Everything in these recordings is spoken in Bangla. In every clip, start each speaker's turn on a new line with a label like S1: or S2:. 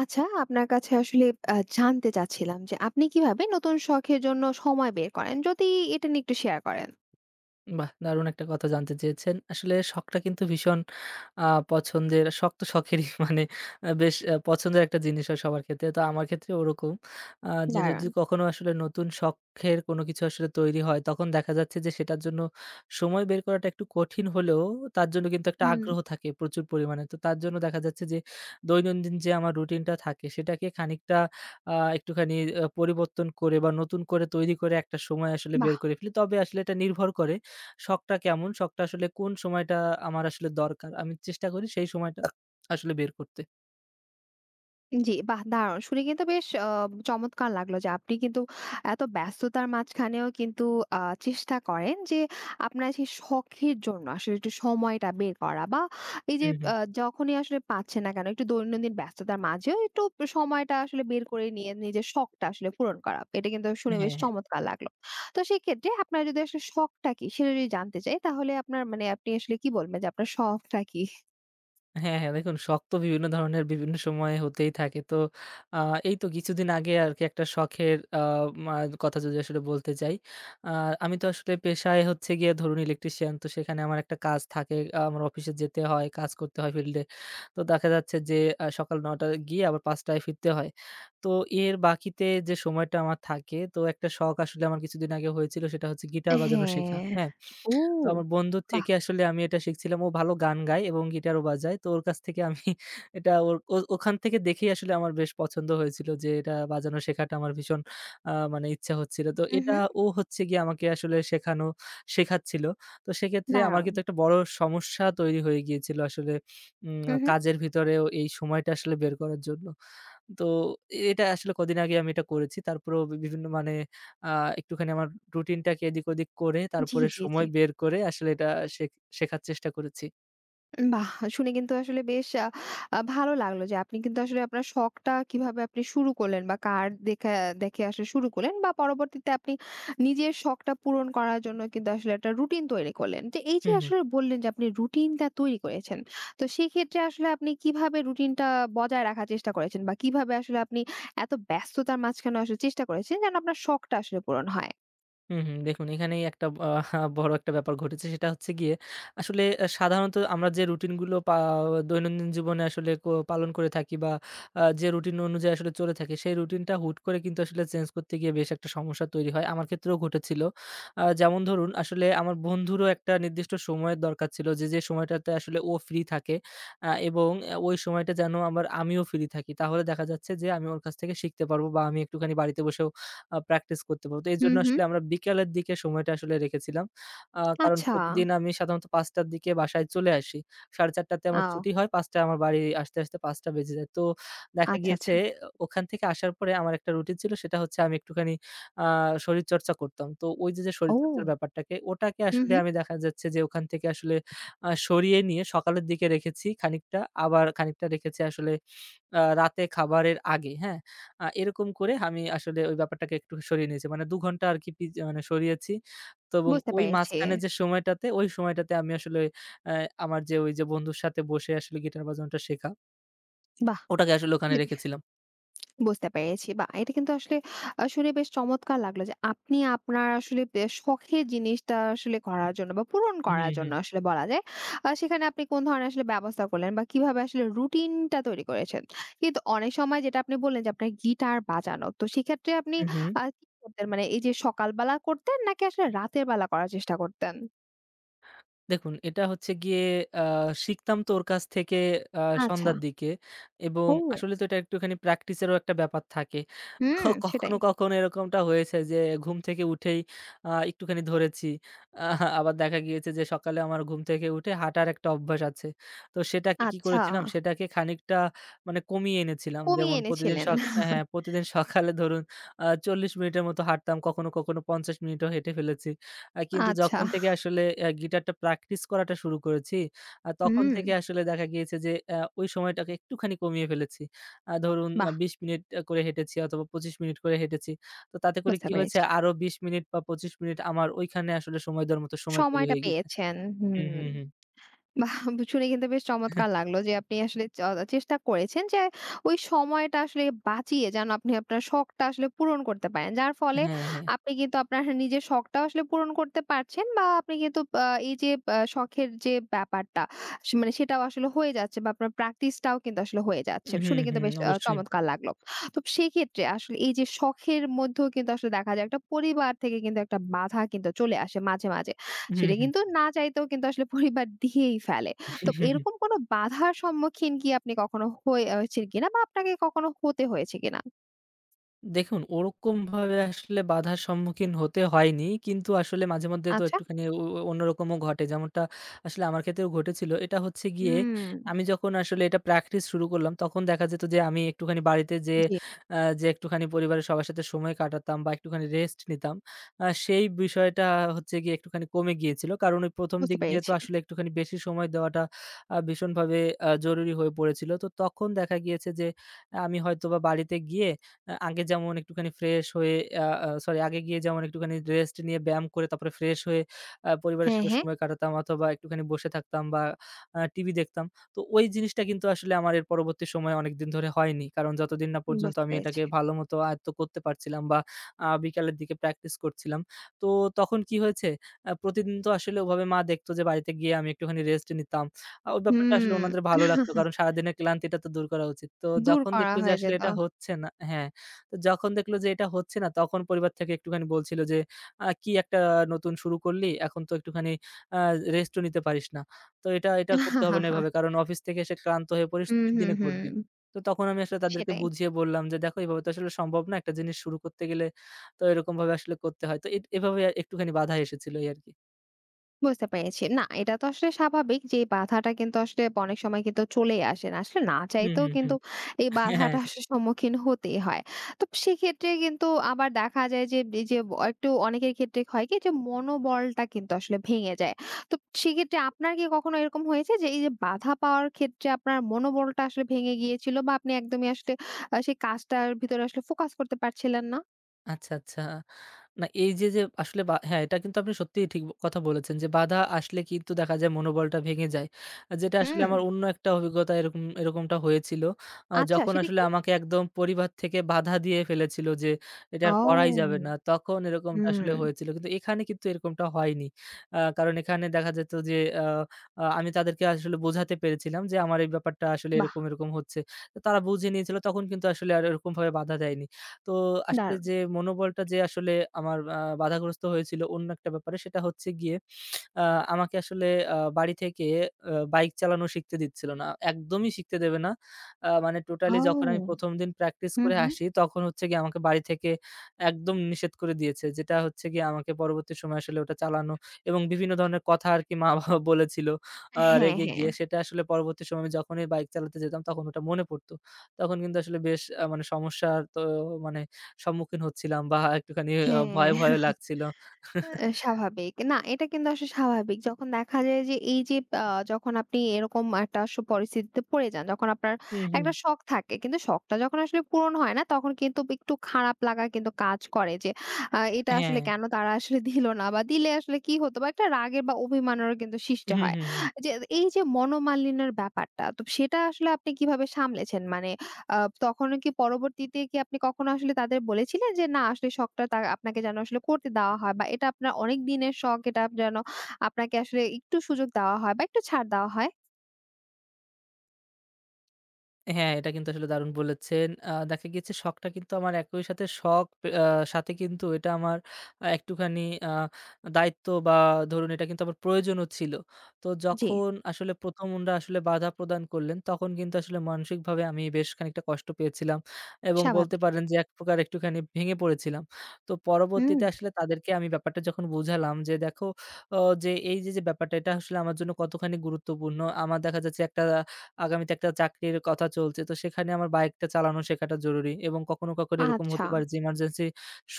S1: আচ্ছা, আপনার কাছে আসলে জানতে চাচ্ছিলাম যে আপনি কিভাবে নতুন শখের জন্য সময় বের করেন? যদি এটা নিয়ে একটু শেয়ার করেন।
S2: বাহ! দারুণ একটা কথা জানতে চেয়েছেন। আসলে শখটা কিন্তু ভীষণ আ পছন্দের, শখ তো শখেরই মানে বেশ পছন্দের একটা জিনিস হয় সবার ক্ষেত্রে। তো আমার ক্ষেত্রেও ওরকম। যে যদি
S1: দারুণ।
S2: কখনো আসলে নতুন শখের কোনো কিছু আসলে তৈরি হয়, তখন দেখা যাচ্ছে যে সেটার জন্য সময় বের করাটা একটু কঠিন হলেও তার জন্য কিন্তু একটা
S1: হুম,
S2: আগ্রহ থাকে প্রচুর পরিমাণে। তো তার জন্য দেখা যাচ্ছে যে দৈনন্দিন যে আমার রুটিনটা থাকে সেটাকে খানিকটা একটুখানি পরিবর্তন করে বা নতুন করে তৈরি করে একটা সময় আসলে
S1: বাহ!
S2: বের করে ফেলি। তবে আসলে এটা নির্ভর করে শখটা কেমন? শখটা আসলে কোন সময়টা আমার আসলে দরকার। আমি চেষ্টা করি সেই সময়টা আসলে বের করতে।
S1: জি, বাহ! দারুণ। শুনে কিন্তু বেশ চমৎকার লাগলো যে আপনি কিন্তু এত ব্যস্ততার মাঝখানেও কিন্তু আ চেষ্টা করেন যে আপনার সেই শখের জন্য আসলে একটু সময়টা বের করা বা এই যে
S2: হুম, হুম।
S1: যখনই আসলে পাচ্ছেন না কেন একটু দৈনন্দিন ব্যস্ততার মাঝেও একটু সময়টা আসলে বের করে নিয়ে নিজের শখটা আসলে পূরণ করা। এটা কিন্তু শুনে
S2: হ্যাঁ,
S1: বেশ
S2: হ্যাঁ।
S1: চমৎকার লাগলো। তো সেক্ষেত্রে আপনার যদি আসলে শখটা কি সেটা যদি জানতে চাই তাহলে আপনার মানে আপনি আসলে কি বলবেন যে আপনার শখটা কি?
S2: হ্যাঁ, হ্যাঁ, দেখুন শখ তো বিভিন্ন ধরনের বিভিন্ন সময়ে হতেই থাকে। তো আ এই তো কিছুদিন আগে আরকি একটা শখের আ মা কথা যদি আসলে বলতে যাই, আ আমি তো আসলে পেশায় হচ্ছে গিয়ে ধরুন ইলেকট্রিশিয়ান। তো সেখানে আমার একটা কাজ থাকে। আমার অফিসে যেতে হয়, কাজ করতে হয় ফিল্ডে। তো দেখা যাচ্ছে যে সকাল 9 টায় গিয়ে আবার 5 টায় ফিরতে হয়। তো এর বাকিতে যে সময়টা আমার থাকে, তো একটা শখ আসলে আমার কিছুদিন আগে হয়েছিল সেটা হচ্ছে গিটার বাজানো শেখা।
S1: হ্যাঁ।
S2: হ্যাঁ?
S1: ও!
S2: তো আমার বন্ধুর
S1: বাহ!
S2: থেকে আসলে আমি এটা শিখছিলাম। ও ভালো গান গায় এবং গিটারও বাজায়। তো ওর কাছ থেকে আমি এটা ওর ও ওখান থেকে দেখেই আসলে আমার বেশ পছন্দ হয়েছিল যে এটা বাজানো শেখাটা আমার ভীষণ মানে ইচ্ছা হচ্ছিল। তো
S1: হু,
S2: এটা
S1: হু।
S2: ও হচ্ছে গিয়ে আমাকে আসলে শেখাচ্ছিল। তো সেক্ষেত্রে আমার
S1: দারুণ!
S2: কিন্তু একটা বড় সমস্যা তৈরি হয়ে গিয়েছিল আসলে উম
S1: হু, হু।
S2: কাজের ভিতরেও এই সময়টা আসলে বের করার জন্য। তো এটা আসলে কদিন আগে আমি এটা করেছি। তারপরেও বিভিন্ন মানে আ একটুখানি আমার রুটিনটাকে এদিক ওদিক করে
S1: জি,
S2: তারপরে
S1: জি, জি।
S2: সময় বের করে আসলে এটা শেখ শেখার চেষ্টা করেছি।
S1: বাহ! শুনে কিন্তু আসলে বেশ আ আ ভালো লাগলো যে আপনি কিন্তু আসলে আপনার শখটা কিভাবে আপনি শুরু করলেন বা কার দেখা দেখে আসলে শুরু করলেন বা পরবর্তীতে আপনি নিজের শখটা পূরণ করার জন্য কিন্তু আসলে একটা রুটিন তৈরি করলেন। তো এই
S2: হু,
S1: যে
S2: হু।
S1: আসলে বললেন যে আপনি রুটিনটা তৈরি করেছেন। তো সেক্ষেত্রে আসলে আপনি কিভাবে রুটিনটা বজায় রাখার চেষ্টা করেছেন বা কিভাবে আসলে আপনি এত ব্যস্ততার মাঝখানেও আসলে চেষ্টা করেছেন যেন আপনার শখটা আসলে পূরণ হয়?
S2: হুম, হুম। দেখুন এখানেই একটা বড় একটা ব্যাপার ঘটেছে। সেটা হচ্ছে গিয়ে আসলে সাধারণত আমরা যে রুটিনগুলো দৈনন্দিন জীবনে আসলে পালন করে থাকি বা যে রুটিন অনুযায়ী আসলে চলে থাকি, সেই রুটিনটা হুট করে কিন্তু আসলে চেঞ্জ করতে গিয়ে বেশ একটা সমস্যা তৈরি হয়। আমার ক্ষেত্রেও ঘটেছিল। যেমন ধরুন আসলে আমার বন্ধুরও একটা নির্দিষ্ট সময়ের দরকার ছিল যে, যে সময়টাতে আসলে ও ফ্রি থাকে এবং ওই সময়টা যেন আমিও ফ্রি থাকি। তাহলে দেখা যাচ্ছে যে আমি ওর কাছ থেকে শিখতে পারবো বা আমি একটুখানি বাড়িতে বসেও প্র্যাকটিস করতে পারব। তো
S1: হুম,
S2: এজন্য
S1: হুম।
S2: আসলে আমরা বিকালের দিকে সময়টা আসলে রেখেছিলাম। কারণ
S1: আচ্ছা।
S2: প্রতিদিন আমি সাধারণত 5 টার দিকে বাসায় চলে আসি। 4:30 তে আমার
S1: ও,
S2: ছুটি হয়। 5 টায় আমার বাড়ি আসতে, আসতে 5 টা বেজে যায়। তো দেখা
S1: আচ্ছা,
S2: গিয়েছে
S1: আচ্ছা।
S2: ওখান থেকে আসার পরে আমার একটা রুটিন ছিল সেটা হচ্ছে আমি একটুখানি আ শরীরচর্চা করতাম। তো ওই যে, যে শরীরচর্চার
S1: ও!
S2: ব্যাপারটাকে ওটাকে
S1: হুম,
S2: আসলে
S1: হুম।
S2: আমি দেখা যাচ্ছে যে ওখান থেকে আসলে সরিয়ে নিয়ে সকালের দিকে রেখেছি খানিকটা, আবার খানিকটা রেখেছি আসলে রাতে খাবারের আগে, হ্যাঁ? এরকম করে আমি আসলে ওই ব্যাপারটাকে একটু সরিয়ে নিয়েছি। মানে 2 ঘন্টা আরকি মানে সরিয়েছি। তো এবং
S1: বুঝতে
S2: ওই
S1: পেরেছি।
S2: মাঝখানে যে সময়টাতে, ওই সময়টাতে আমি আসলে অ্যা আমার যে ওই যে বন্ধুর সাথে বসে আসলে গিটার বাজানোটা শেখা,
S1: বাহ!
S2: ওটাকে আসলে ওখানে রেখেছিলাম।
S1: বুঝতে পেরেছি। বাহ! এটা কিন্তু আসলে শুনে বেশ চমৎকার লাগলো যে আপনি আপনার আসলে শখের জিনিসটা আসলে করার জন্য বা পূরণ
S2: হুম,
S1: করার জন্য
S2: হুম।
S1: আসলে বলা যায়। সেখানে আপনি কোন ধরনের আসলে ব্যবস্থা করলেন বা কিভাবে আসলে রুটিনটা তৈরি করেছেন। কিন্তু অনেক সময় যেটা আপনি বললেন যে আপনার গিটার বাজানো। তো সেক্ষেত্রে আপনি
S2: হু, হু।
S1: কি করতেন? মানে এই যে সকালবেলা করতেন নাকি আসলে রাতের বেলা করার চেষ্টা করতেন?
S2: দেখুন, এটা হচ্ছে গিয়ে আ শিখতাম তো ওর কাছ থেকে আ
S1: আচ্ছা।
S2: সন্ধ্যার দিকে এবং
S1: ও!
S2: আসলে তো এটা একটুখানি প্র্যাকটিসেরও একটা ব্যাপার থাকে।
S1: হুম,
S2: কখনো,
S1: সেটাই।
S2: কখনো এরকমটা হয়েছে যে ঘুম থেকে উঠেই একটুখানি ধরেছি। আবার দেখা গিয়েছে যে সকালে আমার ঘুম থেকে উঠে হাঁটার একটা অভ্যাস আছে। তো সেটাকে কি
S1: আচ্ছা,
S2: করেছিলাম, সেটাকে খানিকটা মানে কমিয়ে এনেছিলাম।
S1: কমিয়ে
S2: যেমন প্রতিদিন
S1: এনেছিলেন।
S2: সক হ্যাঁ, প্রতিদিন সকালে ধরুন 40 মিনিটের মতো হাঁটতাম, কখনো, কখনো 50 মিনিটও হেঁটে ফেলেছি। কিন্তু
S1: আচ্ছা।
S2: যখন থেকে আসলে গিটারটা প্র্যাকটিস করাটা শুরু করেছি, তখন
S1: হুম,
S2: থেকে আসলে দেখা গিয়েছে যে ওই সময়টাকে একটুখানি কমিয়ে ফেলেছি। ধরুন
S1: বাহ!
S2: 20 মিনিট করে হেঁটেছি অথবা 25 মিনিট করে হেঁটেছি। তো তাতে করে
S1: বুঝতে
S2: কি হয়েছে
S1: পেরেছি।
S2: আরো 20 মিনিট বা 25 মিনিট আমার ওইখানে আসলে সময় দেওয়ার মতো সময় তৈরি
S1: সময়টা
S2: হয়ে গেছে।
S1: পেয়েছেন।
S2: হুম,
S1: হুম।
S2: হুম, হুম।
S1: বাহ! শুনে কিন্তু বেশ চমৎকার লাগলো যে আপনি আসলে চেষ্টা করেছেন যে ওই সময়টা আসলে বাঁচিয়ে যেন আপনি আপনার শখটা আসলে পূরণ করতে পারেন। যার ফলে
S2: হ্যাঁ, হ্যাঁ।
S1: আপনি কিন্তু আপনার নিজের শখটাও আসলে পূরণ করতে পারছেন বা আপনি কিন্তু এই যে শখের যে ব্যাপারটা সে মানে সেটাও আসলে হয়ে যাচ্ছে বা আপনার প্র্যাকটিসটাও কিন্তু আসলে হয়ে যাচ্ছে।
S2: হুম,
S1: শুনে কিন্তু
S2: হুম,
S1: বেশ
S2: অবশ্যই।
S1: চমৎকার লাগলো। তো সেক্ষেত্রে আসলে এই যে শখের মধ্যেও কিন্তু আসলে দেখা যায় একটা পরিবার থেকে কিন্তু একটা বাধা কিন্তু চলে আসে মাঝে, মাঝে।
S2: হুম,
S1: সেটা
S2: হুম।
S1: কিন্তু না চাইতেও কিন্তু আসলে পরিবার দিয়েই ফেলে। তো এরকম কোনো বাধার সম্মুখীন কি আপনি কখনো হয়েছেন কিনা বা আপনাকে কখনো হতে হয়েছে কিনা?
S2: দেখুন, ওরকমভাবে আসলে বাধার সম্মুখীন হতে হয়নি। কিন্তু আসলে মাঝে মধ্যে তো
S1: আচ্ছা।
S2: একটুখানি ও ও অন্যরকমও ঘটে। যেমনটা আসলে আমার ক্ষেত্রেও ঘটেছিল। এটা হচ্ছে গিয়ে
S1: হুম,
S2: আমি যখন আসলে এটা প্র্যাকটিস শুরু করলাম, তখন দেখা যেত যে আমি একটুখানি বাড়িতে যেয়ে
S1: জি,
S2: যে একটুখানি পরিবারের সবার সাথে সময় কাটাতাম বা একটুখানি রেস্ট নিতাম। সেই বিষয়টা হচ্ছে গিয়ে একটুখানি কমে গিয়েছিল। কারণ ওই 1ম
S1: বুঝতে
S2: দিক দিয়ে তো
S1: পেরেছি।
S2: আসলে একটুখানি বেশি সময় দেওয়াটা ভীষণভাবে জরুরি হয়ে পড়েছিল। তো তখন দেখা গিয়েছে যে আমি হয়তোবা বাড়িতে গিয়ে আ আগে যেমন একটুখানি ফ্রেশ হয়ে আ আ সরি আগে গিয়ে যেমন একটুখানি রেস্ট নিয়ে ব্যায়াম করে তারপরে ফ্রেশ হয়ে পরিবারের
S1: হ্যাঁ,
S2: সাথে
S1: হ্যাঁ,
S2: সময় কাটাতাম অথবা একটুখানি বসে থাকতাম বা টিভি দেখতাম। তো ওই জিনিসটা কিন্তু আসলে আমার এর পরবর্তী সময়ে অনেকদিন ধরে হয়নি। কারণ যতদিন না পর্যন্ত
S1: বুঝতে
S2: আমি এটাকে
S1: পেরেছি।
S2: ভালোমতো আয়ত্ত করতে পারছিলাম বা বিকালের দিকে প্র্যাকটিস করছিলাম। তো তখন কি হয়েছে? প্রতিদিন তো আসলে ওভাবে মা দেখত যে বাড়িতে গিয়ে আমি একটুখানি রেস্ট নিতাম। ওই ব্যাপারটা আসলে
S1: হুম,
S2: ওনাদের ভালো লাগতো কারণ সারাদিনের ক্লান্তিটা তো দূর করা উচিত। তো
S1: দূর
S2: যখন
S1: করা
S2: দেখল যে
S1: হয়ে
S2: আসলে
S1: যেত।
S2: এটা হচ্ছে না হ্যাঁ। তো যখন দেখলো যে এটা হচ্ছে না তখন পরিবার থেকে একটুখানি বলছিল যে, কি একটা নতুন শুরু করলি? এখন তো একটুখানি আ রেস্টও নিতে পারিস না। তো এটা করতে হবে না এভাবে। কারণ অফিস থেকে এসে ক্লান্ত হয়ে পড়িস,
S1: হুম,
S2: ছুটির
S1: হুম,
S2: দিনে
S1: হুম।
S2: করবি।" তো তখন আমি আসলে তাদেরকে
S1: সেটাই।
S2: বুঝিয়ে বললাম যে, "দেখো এভাবে তো আসলে সম্ভব না। একটা জিনিস শুরু করতে গেলে তো এরকমভাবে আসলে করতে হয়।" তো এভাবে একটুখানি বাধা এসেছিল এই আরকি।
S1: বুঝতে পেরেছি। না, এটা তো আসলে স্বাভাবিক যে এই বাধাটা কিন্তু আসলে অনেক সময় কিন্তু চলেই আসে। না আসলে, না
S2: হুম,
S1: চাইতেও
S2: হুম, হুম।
S1: কিন্তু এই
S2: হ্যাঁ, হ্যাঁ।
S1: বাধাটা আসলে সম্মুখীন হতেই হয়। তো সেক্ষেত্রে কিন্তু আবার দেখা যায় যে এই যে একটু অনেকের ক্ষেত্রে হয় কি যে মনোবলটা কিন্তু আসলে ভেঙে যায়। তো সেক্ষেত্রে আপনার কি কখনো এরকম হয়েছে যে এই যে বাধা পাওয়ার ক্ষেত্রে আপনার মনোবলটা আসলে ভেঙে গিয়েছিল বা আপনি একদমই আসলে সেই কাজটার ভিতরে আসলে ফোকাস করতে পারছিলেন না?
S2: আচ্ছা, আচ্ছা। না এই যে, যে আসলে বা হ্যাঁ, এটা কিন্তু আপনি সত্যিই ঠিক কথা বলেছেন যে বাধা আসলে কিন্তু দেখা যায় মনোবলটা ভেঙে যায়। আর যেটা আসলে
S1: হুম।
S2: আমার অন্য একটা অভিজ্ঞতা এরকমটা হয়েছিল।
S1: আচ্ছা,
S2: যখন
S1: সেটা
S2: আসলে
S1: কি?
S2: আমাকে একদম পরিবার থেকে বাধা দিয়ে ফেলেছিল যে এটা
S1: ও!
S2: আর করাই যাবে না। তখন এরকমটা আসলে
S1: হুম,
S2: হয়েছিল। কিন্তু এখানে কিন্তু এরকমটা হয়নি। কারণ এখানে দেখা যেত যে আ আ আমি তাদেরকে আসলে বোঝাতে পেরেছিলাম যে আমার এই ব্যাপারটা আসলে
S1: বাহ!
S2: এরকম হচ্ছে। তো তারা বুঝে নিয়েছিল তখন কিন্তু আসলে আর এরকমভাবে বাধা দেয়নি। তো আসলে
S1: দারুণ।
S2: যে মনোবলটা যে আসলে আমার বাধাগ্রস্ত হয়েছিল অন্য একটা ব্যাপারে সেটা হচ্ছে গিয়ে আ আমাকে আসলে বাড়ি থেকে বাইক চালানো শিখতে দিচ্ছিল না। একদমই শিখতে দেবে না। মানে টোটালি
S1: ও!
S2: যখন আমি 1ম দিন প্র্যাকটিস
S1: হু,
S2: করে
S1: হু।
S2: আসি, তখন হচ্ছে গিয়ে আমাকে বাড়ি থেকে একদম নিষেধ করে দিয়েছে। যেটা হচ্ছে গিয়ে আমাকে পরবর্তী সময়ে আসলে ওটা চালানো এবং বিভিন্ন ধরনের কথা আরকি মা-বাবা বলেছিল
S1: হ্যাঁ,
S2: রেগে
S1: হ্যাঁ,
S2: গিয়ে। সেটা আসলে পরবর্তী সময়ে আমি যখনই বাইক চালাতে যেতাম, তখন ওটা মনে পড়তো। তখন কিন্তু আসলে বেশ মানে সমস্যার তো মানে সম্মুখীন হচ্ছিলাম বা একটুখানি ভয়,
S1: হ্যাঁ।
S2: ভয় লাগছিল।
S1: স্বাভাবিক। না, এটা কিন্তু আসলে স্বাভাবিক। যখন দেখা যায় যে এই যে আ যখন আপনি এরকম একটা পরিস্থিতিতে পড়ে যান, যখন আপনার
S2: হুম, হুম।
S1: একটা শখ থাকে। কিন্তু শখটা যখন আসলে পূরণ হয় না তখন কিন্তু একটু খারাপ লাগা কিন্তু কাজ করে যে এটা
S2: হ্যাঁ।
S1: আসলে কেন তারা আসলে দিল না বা দিলে আসলে কি হতো বা একটা রাগের বা অভিমানেরও কিন্তু সৃষ্টি
S2: হুম,
S1: হয়।
S2: হুম, হুম।
S1: যে এই যে মনোমালিন্যের ব্যাপারটা, তো সেটা আসলে আপনি কিভাবে সামলেছেন? মানে আ তখনও কি, পরবর্তীতে কি আপনি কখনো আসলে তাদের বলেছিলেন যে না আসলে শখটা তা আপনাকে যেন আসলে করতে দেওয়া হয় বা এটা আপনার অনেক দিনের শখ, এটা যেন আপনাকে আসলে একটু সুযোগ দেওয়া হয় বা একটু ছাড় দেওয়া হয়?
S2: হ্যাঁ, এটা কিন্তু আসলে দারুণ বলেছেন। দেখা গিয়েছে শখটা কিন্তু আমার একই সাথে শখ আ সাথে কিন্তু এটা আমার একটুখানি আ দায়িত্ব বা ধরুন এটা কিন্তু আমার প্রয়োজনও ছিল। তো
S1: জি,
S2: যখন আসলে 1ম উনারা আসলে বাধা প্রদান করলেন, তখন কিন্তু আসলে মানসিকভাবে আমি বেশ খানিকটা কষ্ট পেয়েছিলাম এবং বলতে
S1: স্বাভাবিক।
S2: পারেন যে এক প্রকার একটুখানি ভেঙে পড়েছিলাম। তো
S1: হুম।
S2: পরবর্তীতে আসলে তাদেরকে আমি ব্যাপারটা যখন বুঝালাম যে, "দেখো, অ যে এই যে, যে ব্যাপারটা এটা আসলে আমার জন্য কতখানি গুরুত্বপূর্ণ। আমার দেখা যাচ্ছে একটা আগামীতে একটা চাকরির কথা চলছে। তো সেখানে আমার বাইকটা চালানো শেখাটা জরুরি এবং কখনো, কখনো এরকম
S1: আচ্ছা।
S2: হতে পারে যে ইমার্জেন্সি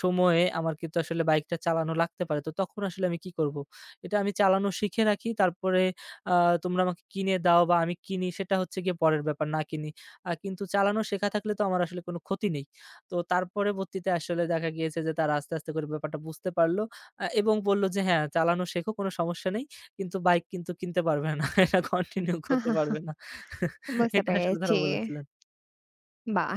S2: সময়ে আমার কিন্তু আসলে বাইকটা চালানো লাগতে পারে। তো তখন আসলে আমি কি করব? এটা আমি চালানো শিখে রাখি তারপরে আ তোমরা আমাকে কিনে দাও বা আমি কিনি সেটা হচ্ছে গিয়ে পরের ব্যাপার না কিনি। কিন্তু চালানো শেখা থাকলে তো আমার আসলে কোনো ক্ষতি নেই। তো তার পরবর্তীতে আসলে দেখা গিয়েছে যে তারা আস্তে, আস্তে করে ব্যাপারটা বুঝতে পারল এবং বলল যে, "হ্যাঁ, চালানো শেখো কোনো সমস্যা নেই। কিন্তু বাইক কিন্তু কিনতে পারবে না। এটা কন্টিনিউ
S1: হা
S2: করতে
S1: হা হা।
S2: পারবে না।"
S1: বুঝতে
S2: এটা আসলে তারা
S1: পেরেছি।
S2: বলেছিলেন।
S1: বাহ!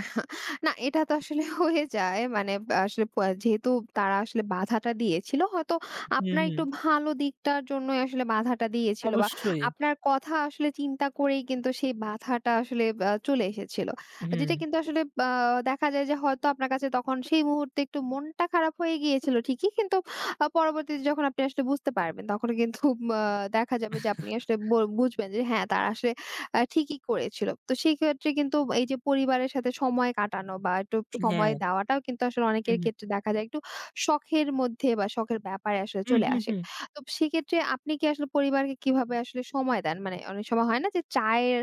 S1: না, এটা তো আসলে হয়ে যায়। মানে আসলে যেহেতু তারা আসলে বাধাটা দিয়েছিল, হয়তো
S2: হুম,
S1: আপনার
S2: হুম।
S1: একটু ভালো দিকটার জন্যই আসলে বাধাটা দিয়েছিল বা
S2: অবশ্যই।
S1: আপনার কথা আসলে চিন্তা করেই কিন্তু সেই বাধাটা আসলে চলে এসেছিল।
S2: হুম।
S1: যেটা কিন্তু আসলে আ দেখা যায় যে হয়তো আপনার কাছে তখন সেই মুহূর্তে একটু মনটা খারাপ হয়ে গিয়েছিল ঠিকই, কিন্তু পরবর্তীতে যখন আপনি আসলে বুঝতে পারবেন, তখন কিন্তু আ দেখা যাবে যে আপনি আসলে বুঝবেন যে হ্যাঁ, তারা আসলে ঠিকই করেছিল। তো সেক্ষেত্রে কিন্তু এই যে পরিবারের সাথে সময় কাটানো বা একটু
S2: হ্যাঁ।
S1: সময় দেওয়াটাও কিন্তু আসলে
S2: হুম,
S1: অনেকের
S2: হুম।
S1: ক্ষেত্রে দেখা যায় একটু শখের মধ্যে বা শখের ব্যাপারে আসলে
S2: হুম,
S1: চলে
S2: হুম,
S1: আসে।
S2: হুম।
S1: তো সেক্ষেত্রে আপনি কি আসলে পরিবারকে কিভাবে আসলে সময় দেন? মানে অনেক সময় হয় না যে চায়ের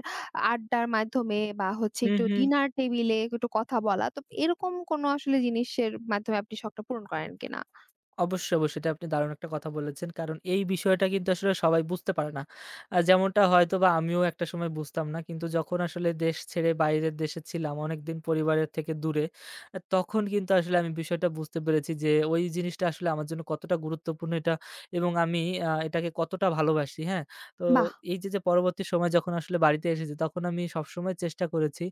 S1: আড্ডার মাধ্যমে বা হচ্ছে
S2: হুম,
S1: একটু
S2: হুম।
S1: ডিনার টেবিলে একটু কথা বলা। তো এরকম কোনো আসলে জিনিসের মাধ্যমে আপনি শখটা পূরণ করেন কিনা?
S2: অবশ্যই, অবশ্যই। এটা আপনি দারুণ একটা কথা বলেছেন। কারণ এই বিষয়টা কিন্তু আসলে সবাই বুঝতে পারে না। যেমনটা হয়তোবা আমিও একটা সময় বুঝতাম না। কিন্তু যখন আসলে দেশ ছেড়ে বাইরের দেশে ছিলাম, অনেকদিন পরিবারের থেকে দূরে, তখন কিন্তু আসলে আমি বিষয়টা বুঝতে পেরেছি যে ওই জিনিসটা আসলে আমার জন্য কতটা গুরুত্বপূর্ণ এটা এবং আমি এটাকে কতটা ভালোবাসি, হ্যাঁ? তো
S1: বাহ!
S2: এই যে, যে পরবর্তী সময় যখন আসলে বাড়িতে এসেছি, তখন আমি সবসময় চেষ্টা করেছি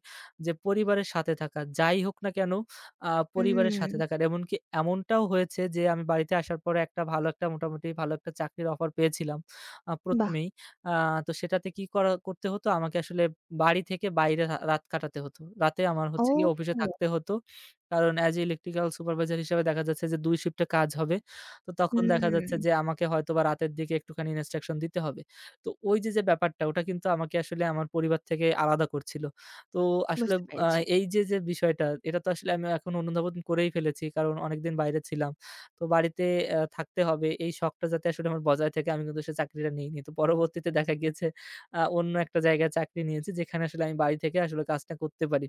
S2: যে পরিবারের সাথে থাকা। যাই হোক না কেন আ পরিবারের সাথে
S1: হুম,
S2: থাকার। এমনকি এমনটাও হয়েছে যে আমি বাড়িতে আসার পরে একটা মোটামুটি ভালো একটা চাকরির অফার পেয়েছিলাম। আ ১ম
S1: বাহ!
S2: এই। আ তো সেটাতে কি করা করতে হতো আমাকে আসলে বাড়ি থেকে বাইরে রাত কাটাতে হতো। রাতে আমার হচ্ছে গিয়ে
S1: ও!
S2: অফিসে থাকতে হতো। কারণ এজ এ ইলেকট্রিক্যাল সুপারভাইজার হিসেবে দেখা যাচ্ছে যে 2 শিফটে কাজ হবে। তো তখন দেখা যাচ্ছে
S1: হুম,
S2: যে আমাকে হয়তোবা রাতের দিকে একটুখানি ইনস্ট্রাকশন দিতে হবে। তো ওই যে, যে ব্যাপারটা ওটা কিন্তু আমাকে আসলে আমার পরিবার থেকে আলাদা করছিল। তো আসলে
S1: বুঝতে
S2: আ
S1: পেরেছি।
S2: এই যে, যে বিষয়টা এটা তো আসলে আমি এখন অনুধাবন করেই ফেলেছি। কারণ অনেকদিন বাইরে ছিলাম। তো বাড়িতে থাকতে হবে। এই শখটা যাতে আসলে আমার বজায় থাকে আমি কিন্তু সে চাকরিটা নিইনি। তো পরবর্তীতে দেখা গিয়েছে অন্য একটা জায়গায় চাকরি নিয়েছি যেখানে আসলে আমি বাড়ি থেকে আসলে কাজটা করতে পারি।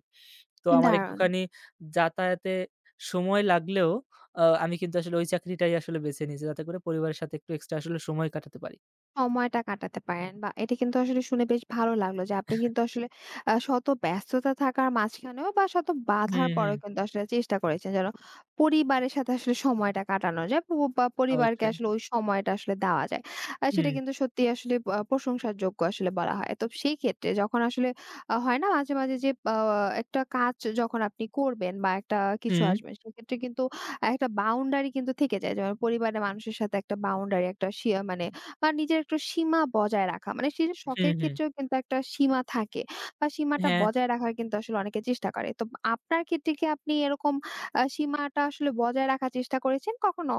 S2: তো আমার
S1: দারুণ।
S2: একটুখানি যাতায়াতে সময় লাগলেও আমি কিন্তু আসলে ওই চাকরিটাই আসলে বেছে নিয়েছি। যাতে করে পরিবারের সাথে একটু এক্সট্রা আসলে সময় কাটাতে পারি।
S1: সময়টা কাটাতে পারেন বা এটা কিন্তু আসলে শুনে বেশ ভালো লাগলো যে আপনি কিন্তু আসলে শত ব্যস্ততা থাকার মাঝখানেও বা শত বাধার
S2: হুম, হুম।
S1: পরেও কিন্তু আসলে চেষ্টা করেছেন যেন পরিবারের সাথে আসলে সময়টা কাটানো যায় বা পরিবারকে
S2: অবশ্যই।
S1: আসলে ওই সময়টা আসলে দেওয়া যায়। আর সেটা
S2: হুম,
S1: কিন্তু সত্যিই আসলে প্রশংসার যোগ্য আসলে বলা হয়। তো সেই ক্ষেত্রে যখন আসলে হয় না মাঝে, মাঝে যে একটা কাজ যখন আপনি করবেন বা একটা কিছু
S2: হুম,
S1: আসবেন, সেক্ষেত্রে কিন্তু একটা বাউন্ডারি কিন্তু থেকে যায়। যেমন পরিবারের মানুষের সাথে একটা বাউন্ডারি, একটা মানে বা নিজের একটু সীমা বজায় রাখা। মানে সেই যে
S2: হুম,
S1: শখের
S2: হুম।
S1: ক্ষেত্রেও কিন্তু একটা সীমা থাকে বা সীমাটা
S2: হ্যাঁ।
S1: বজায় রাখার কিন্তু আসলে অনেকে চেষ্টা করে। তো আপনার ক্ষেত্রে কি আপনি এরকম সীমাটা আসলে বজায় রাখার চেষ্টা করেছেন কখনো?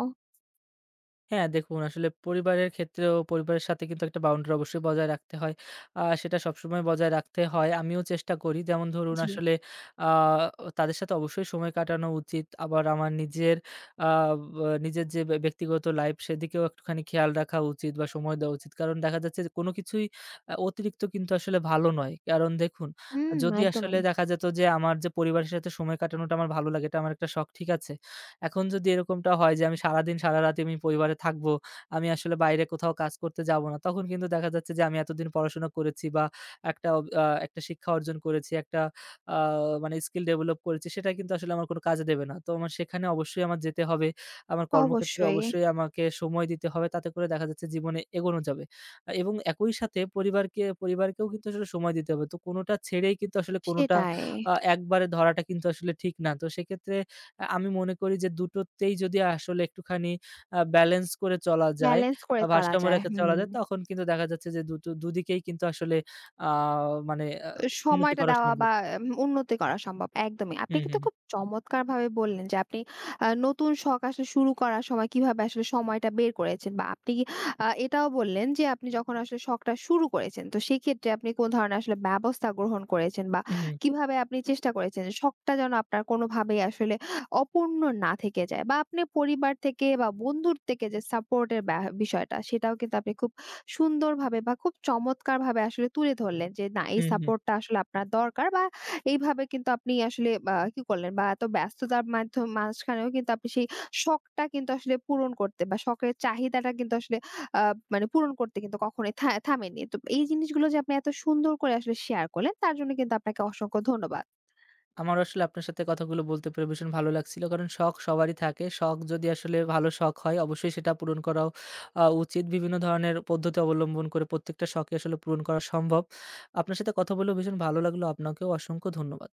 S2: হ্যাঁ, দেখুন আসলে পরিবারের ক্ষেত্রেও পরিবারের সাথে কিন্তু একটা বাউন্ডারি অবশ্যই বজায় রাখতে হয়। সেটা সবসময় বজায় রাখতে হয়। আমিও চেষ্টা করি। যেমন ধরুন
S1: জি।
S2: আসলে আ তাদের সাথে অবশ্যই সময় কাটানো উচিত। আবার আমার নিজের আ বা নিজের যে ব্যক্তিগত লাইফ সেদিকেও একটুখানি খেয়াল রাখা উচিত বা সময় দেওয়া উচিত। কারণ দেখা যাচ্ছে যে কোনো কিছুই অতিরিক্ত কিন্তু আসলে ভালো নয়। কারণ দেখুন,
S1: হুম,
S2: যদি আসলে
S1: একদমই।
S2: দেখা যেত যে আমার যে পরিবারের সাথে সময় কাটানোটা আমার ভালো লাগে, এটা আমার একটা শখ, ঠিক আছে? এখন যদি এরকমটা হয় যে আমি সারাদিন সারারাত আমি পরিবারে থাকবো, আমি আসলে বাইরে কোথাও কাজ করতে যাবো না। তখন কিন্তু দেখা যাচ্ছে যে আমি এতদিন পড়াশোনা করেছি বা একটা অব আ একটা শিক্ষা অর্জন করেছি, একটা আ মানে স্কিল ডেভেলপ করেছি, সেটা কিন্তু আসলে আমার কোনো কাজে দেবে না। তো আমার সেখানে অবশ্যই আমার যেতে হবে। আমার কর্মক্ষেত্রে
S1: অবশ্যই।
S2: অবশ্যই আমাকে সময় দিতে হবে। তাতে করে দেখা যাচ্ছে জীবনে এগোনো যাবে। এবং একই সাথে পরিবারকেও কিন্তু আসলে সময় দিতে হবে। তো কোনোটা ছেড়েই কিন্তু আসলে কোনোটা
S1: সেটাই।
S2: একবারে ধরাটা কিন্তু আসলে ঠিক না। তো সেক্ষেত্রে আমি মনে করি যে দুটোতেই যদি আসলে একটুখানি ব্যালেন্স করে চলা যায়,
S1: ব্যালেন্স করে চলা
S2: ভারসাম্য
S1: যায়।
S2: রেখে চলা
S1: হুম।
S2: যায় তখন কিন্তু দেখা যাচ্ছে যে দুটো দুদিকেই কিন্তু আসলে আ মানে আ উন্নতি
S1: সময়টা
S2: করা
S1: দেওয়া
S2: সম্ভব।
S1: বা উন্নতি করা সম্ভব। একদমই। আপনি
S2: হুম,
S1: কিন্তু
S2: হুম,
S1: খুব চমৎকারভাবে বললেন যে আপনি নতুন শখ আসলে শুরু করার সময় কিভাবে আসলে সময়টা বের করেছেন বা আপনি এটাও বললেন যে আপনি যখন আসলে শখটা শুরু করেছেন, তো সেক্ষেত্রে আপনি কোন ধরনের আসলে ব্যবস্থা গ্রহণ করেছেন বা
S2: হুম, হুম,
S1: কিভাবে আপনি চেষ্টা করেছেন যে শখটা যেন আপনার কোনোভাবেই আসলে অপূর্ণ না থেকে যায় বা আপনি পরিবার থেকে বা বন্ধুর থেকে যে সাপোর্ট এর বিষয়টা, সেটাও কিন্তু আপনি খুব সুন্দরভাবে বা খুব চমৎকারভাবে আসলে তুলে ধরলেন যে না, এই
S2: হুম, হুম।
S1: সাপোর্টটা আসলে আপনার দরকার বা এইভাবে কিন্তু আপনি আসলে কি করলেন বা এত ব্যস্ততার মাঝখানেও কিন্তু আপনি সেই শখটা কিন্তু আসলে পূরণ করতে বা শখের চাহিদাটা কিন্তু আসলে আ মানে পূরণ করতে কিন্তু কখনোই থামেননি। তো এই জিনিসগুলো যে আপনি এত সুন্দর করে আসলে শেয়ার করলেন, তার জন্য কিন্তু আপনাকে অসংখ্য ধন্যবাদ।
S2: আমারও আসলে আপনার সাথে কথাগুলো বলতে পেরে ভীষণ ভালো লাগছিল। কারণ শখ সবারই থাকে। শখ যদি আসলে ভালো শখ হয় অবশ্যই সেটা পূরণ করাও উচিত। বিভিন্ন ধরনের পদ্ধতি অবলম্বন করে প্রত্যেকটা শখই আসলে পূরণ করা সম্ভব। আপনার সাথে কথা বলেও ভীষণ ভালো লাগলো। আপনাকেও অসংখ্য ধন্যবাদ।